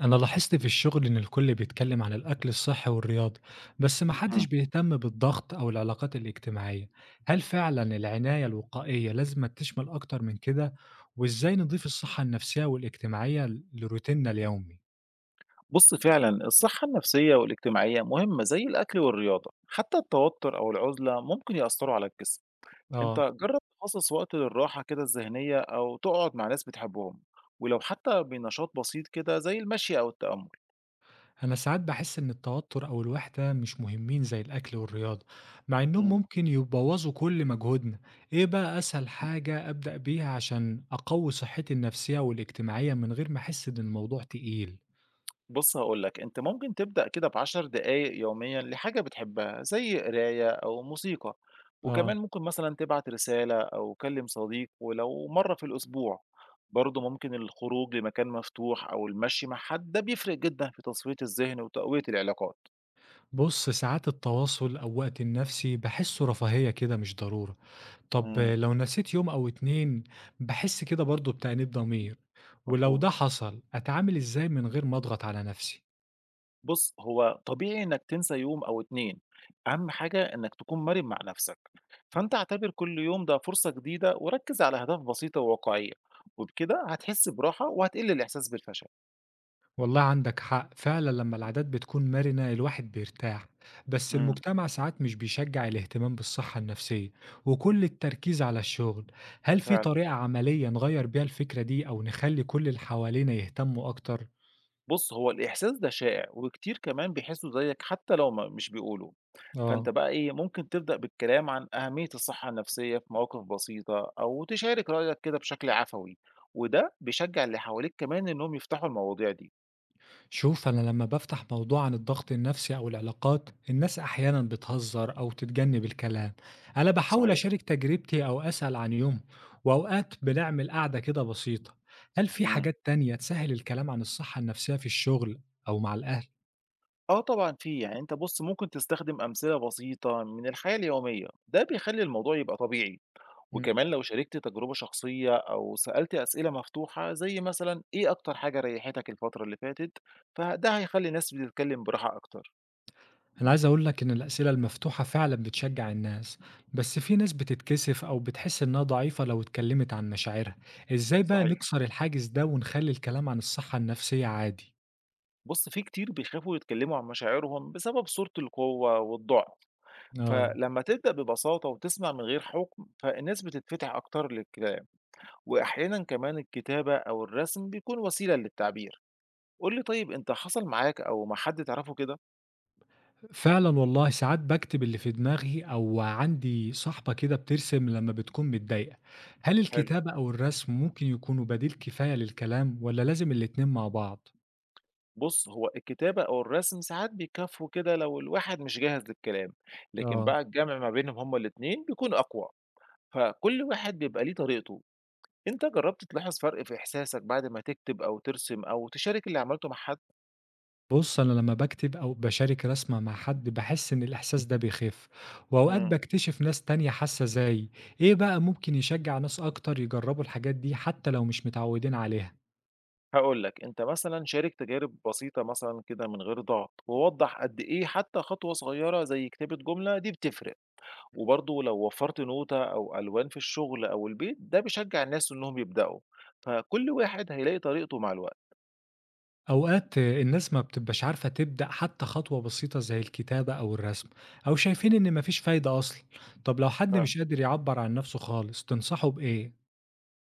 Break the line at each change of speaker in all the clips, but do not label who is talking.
أنا لاحظت في الشغل إن الكل بيتكلم عن الأكل الصحي والرياضة، بس محدش
إمم.
بيهتم بالضغط أو العلاقات الاجتماعية. هل فعلا العناية الوقائية لازم تشمل أكتر من كده؟ وإزاي نضيف الصحة النفسية والاجتماعية لروتيننا اليومي؟
بُص فعلًا الصحة النفسية والاجتماعية مهمة زي الأكل والرياضة، حتى التوتر أو العُزلة ممكن يأثّروا على الجسم. أنت
آه.
جرّب تخصّص وقت للراحة كده الذهنية أو تقعد مع ناس بتحبهم، ولو حتى بنشاط بسيط كده زي المشي أو التأمل.
أنا ساعات بحس إن التوتر أو الوحدة مش مهمين زي الأكل والرياضة، مع إنهم
إمم.
ممكن يبوظوا كل مجهودنا. إيه بقى أسهل حاجة أبدأ بيها عشان أقوي صحتي النفسية والاجتماعية من غير ما أحس إن الموضوع تقيل؟
بُص هاقول لك، أنت ممكن تبدأ كده ب10 دقايق يوميًا لحاجة بتحبها، زي قراية أو موسيقى، وكمان
آه.
ممكن مثلًا تبعت رسالة أو كلم صديق ولو مرة في الأسبوع، برضه ممكن الخروج لمكان مفتوح أو المشي مع حد ده بيفرق جدًا في تصفية الذهن وتقوية العلاقات.
بص، ساعات التواصل أو وقت النفسي بحسه رفاهية كده، مش ضرورة. طب
إمم،
لو نسيت يوم أو اتنين، بحس كده برضه بتأنيب ضمير، ولو
مفهوم.
ده حصل أتعامل إزاي من غير ما أضغط على نفسي؟
بُص، هو طبيعي إنك تنسى يوم أو 2، أهم حاجة إنك تكون مرن مع نفسك، فأنت اعتبر كل يوم ده فرصة جديدة وركز على أهداف بسيطة وواقعية، وبكده هتحس براحة وهتقل الإحساس بالفشل.
والله عندك حق فعلا، لما العادات بتكون مرنة الواحد بيرتاح. بس
إمم،
المجتمع ساعات مش بيشجع الاهتمام بالصحة النفسية، وكل التركيز على الشغل. هل في
فعلًا.
طريقة عملية نغير بيها الفكرة دي أو نخلي كل اللي حوالينا يهتموا أكتر؟
بُص، هو الإحساس ده شائع وكتير كمان بيحسوا زيك حتى لو ما مش بيقولوا، فأنت
آه.
بقى إيه، ممكن تبدأ بالكلام عن أهمية الصحة النفسية في مواقف بسيطة أو تشارك رأيك كده بشكل عفوي، وده بيشجع اللي حواليك كمان إنهم يفتحوا المواضيع دي.
شوف، أنا لما بفتح موضوع عن الضغط النفسي أو العلاقات، الناس أحيانا بتهزر أو تتجنب الكلام. أنا بحاول
صحيح.
أشارك تجربتي أو أسأل عن يوم، وأوقات بنعمل قعدة كده بسيطة. هل في
إمم.
حاجات تانية تسهل الكلام عن الصحة النفسية في الشغل أو مع الأهل؟
آه طبعًا في، يعني أنت بُص ممكن تستخدم أمثلة بسيطة من الحياة اليومية، ده بيخلّي الموضوع يبقى طبيعي،
مم.
وكمان لو شاركت تجربة شخصية أو سألت أسئلة مفتوحة زي مثلًا إيه أكتر حاجة ريحتك الفترة اللي فاتت، فده هيخلّي الناس بتتكلم براحة أكتر.
أنا عايز أقول لك إن الأسئلة المفتوحة فعلا بتشجع الناس، بس في ناس بتتكسف أو بتحس إنها ضعيفة لو اتكلمت عن مشاعرها. إزاي بقى
صحيح.
نكسر الحاجز ده ونخلي الكلام عن الصحة النفسية عادي؟
بُص في كتير بيخافوا يتكلموا عن مشاعرهم بسبب صورة القوة والضعف،
آه.
فلما تبدأ ببساطة وتسمع من غير حكم، فالناس بتتفتح أكتر للكلام، وأحيانًا كمان الكتابة أو الرسم بيكون وسيلة للتعبير. قُل لي طيب أنت حصل معاك أو مع حد تعرفه كده؟
فعلًا والله، ساعات باكتب اللي في دماغي أو عندي صاحبة كده بترسم لمّا بتكون متضايقة. هل
حلو،
الكتابة أو الرسم ممكن يكونوا بديل كفاية للكلام والّا لازم الاتنين مع بعض؟
بُص هو الكتابة أو الرسم ساعات بيكفّوا كده لو الواحد مش جاهز للكلام، لكن
آه.
بقى الجمع ما بينهم هُم الاتنين بيكون أقوى، فكل واحد بيبقى ليه طريقته، أنت جرّبت تلاحظ فرق في إحساسك بعد ما تكتب أو ترسم أو تشارك اللي عملته مع حد؟
بُص، أنا لمّا باكتب أو باشارك رسمة مع حد باحس إن الإحساس ده بيخف، وأوقات
إمم،
باكتشف ناس تانية حاسة زيي. إيه بقى ممكن يشجع ناس أكتر يجربوا الحاجات دي حتى لو مش متعودين عليها؟
هاقول لك أنت مثلًا شارك تجارب بسيطة مثلًا كده من غير ضغط، ووضّح قد إيه حتى خطوة صغيرة زي كتابة جملة دي بتفرق. وبرضه لو وفّرت نوتة أو ألوان في الشغل أو البيت، ده بيشجّع الناس إنّهم يبدأوا، فكل واحد هيلاقي طريقته مع الوقت.
أوقات الناس ما بتبقاش عارفة تبدأ حتى خطوة بسيطة زي الكتابة أو الرسم، أو شايفين إن مفيش فايدة أصلا. طب لو حد مش قادر يعبر عن نفسه خالص تنصحه بإيه؟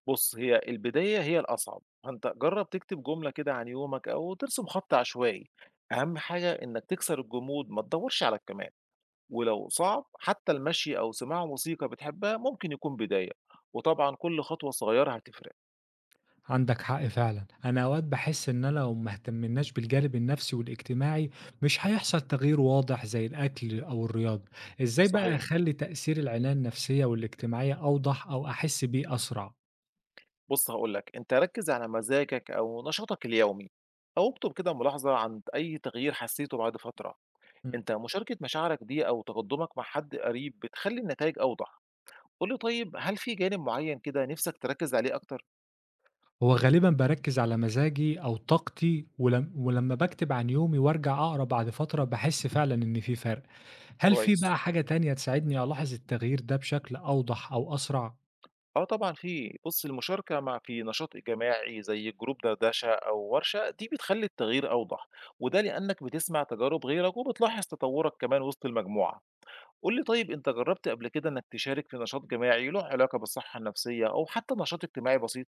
فبُص، هي البداية هي الأصعب، فأنت جرّب تكتب جملة كده عن يومك أو ترسم خط عشوائي، أهم حاجة إنّك تكسر الجمود ما تدوّرش على الكمال، ولو صعب حتى المشي أو سماع موسيقى بتحبها ممكن يكون بداية، وطبعًا كل خطوة صغيّرة هتفرق.
عندك حق فعلا، أنا أوقات بحس إن أنا لو ما اهتمناش بالجانب النفسي والاجتماعي مش هيحصل تغيير واضح زي الأكل أو الرياضة. إزاي بقى
صحيح.
أخلي تأثير العناية النفسية والاجتماعية أوضح أو أحس بيه أسرع؟
بُص هاقول لك، أنت ركّز على مزاجك أو نشاطك اليومي، أو اكتب كده ملاحظة عن أي تغيير حسيته بعد فترة، أنت مشاركة مشاعرك دي أو تقدمك مع حد قريب بتخلّي النتايج أوضح، قُل لي طيب هل في جانب معين كده نِفْسك تركّز عليه أكتر؟
هو غالبًا باركّز على مزاجي أو طاقتي، ولمّا باكتب عن يومي وارجع أقرا بعد فترة، باحس فعلًا إن في فرق. هل في
كويس.
بقى حاجة تانية تساعدني ألاحظ التغيير ده بشكل أوضح أو أسرع؟
آه طبعًا في، بُص المشاركة في نشاط جماعي زي جروب دردشة أو ورشة دي بتخلّي التغيير أوضح، وده لأنك بتسمع تجارب غيرك وبتلاحظ تطوّرك كمان وسط المجموعة. قُل لي طيب أنت جرّبت قبل كده إنك تشارك في نشاط جماعي له علاقة بالصحة النفسية أو حتى نشاط اجتماعي بسيط؟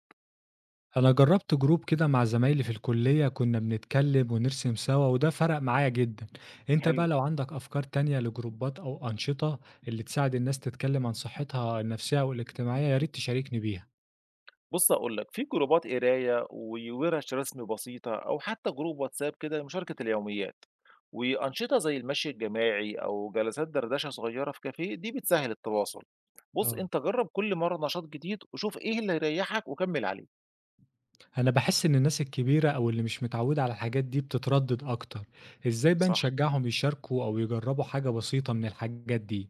أنا جرّبت جروب كده مع زمايلي في الكلية، كنا بنتكلم ونرسم سوا وده فرق معايا جدًا. أنت
حلو،
بقى لو عندك أفكار تانية لجروبات أو أنشطة اللي تساعد الناس تتكلم عن صحتها النفسية أو الاجتماعية، يا ريت تشاركني بيها.
بُص هاقول لك، في جروبات قراية ووِرش رسم بسيطة أو حتى جروب واتساب كده لمشاركة اليوميات، وأنشطة زي المشي الجماعي أو جلسات دردشة صغيرة في كافيه دي بتسهّل التواصل. بُص
آه.
أنت جرّب كل مرّة نشاط جديد وشوف إيه اللي يريّحك وكمّل عليه.
أنا باحس إن الناس الكبيرة أو اللي مش متعودة على الحاجات دي بتتردد أكتر. إزاي بقى
صح.
نشجعهم يشاركوا أو يجربوا حاجة بسيطة من الحاجات دي؟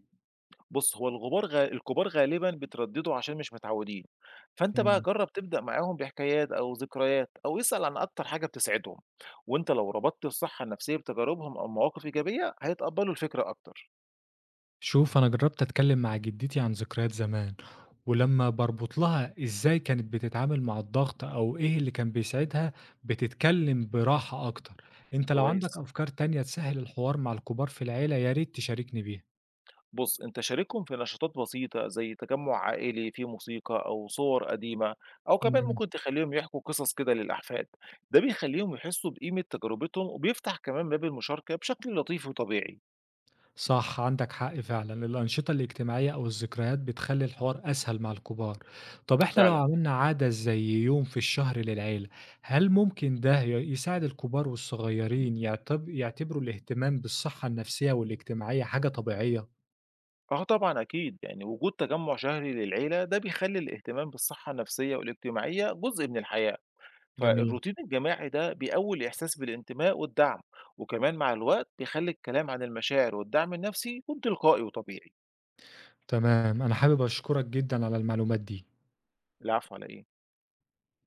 بُص، هو الغبار غ الكبار غالبًا بيترددوا عشان مش متعودين، فأنت بقى
مم.
جرّب تبدأ معاهم بحكايات أو ذكريات أو اسأل عن أكتر حاجة بتسعدهم، وأنت لو ربطت الصحة النفسية بتجاربهم أو مواقف إيجابية هيتقبلوا الفكرة أكتر.
شوف، أنا جربت أتكلم مع جدتي عن ذكريات زمان، ولما بربط لها إزاي كانت بتتعامل مع الضغط أو إيه اللي كان بيساعدها بتتكلم براحة أكتر. أنت لو عندك
كويس.
أفكار تانية تسهل الحوار مع الكبار في العيلة يا ريت تشاركني
بُص، أنت شاركهم في نشاطات بسيطة زي تجمُّع عائلي فيه موسيقى أو صور قديمة، أو كمان
بيها.
ممكن تخلّيهم يحكوا قصص كده للأحفاد، ده بيخلّيهم يحسّوا بقيمة تجربتهم وبيفتح كمان باب المشاركة بشكل لطيف وطبيعي.
صح، عندك حق فعلا الأنشطة الاجتماعية أو الذكريات بتخلي الحوار أسهل مع الكبار. طب إحنا لو
فعلًا.
عملنا عادة زي يوم في الشهر للعيلة، هل ممكن ده يساعد الكبار والصغيرين يعتبروا الاهتمام بالصحة النفسية والاجتماعية حاجة طبيعية؟
آه طبعًا أكيد، يعني وجود تجمُّع شهري للعيلة ده بيخلّي الاهتمام بالصحة النفسية والاجتماعية جزء من الحياة،
جميل.
فالروتين الجماعي ده بيقوّي الإحساس بالانتماء والدعم، وكمان مع الوقت بيخلّي الكلام عن المشاعر والدعم النفسي يكون تلقائي وطبيعي.
تمام، أنا حابب أشكرك جدا على المعلومات دي.
العفو على إيه؟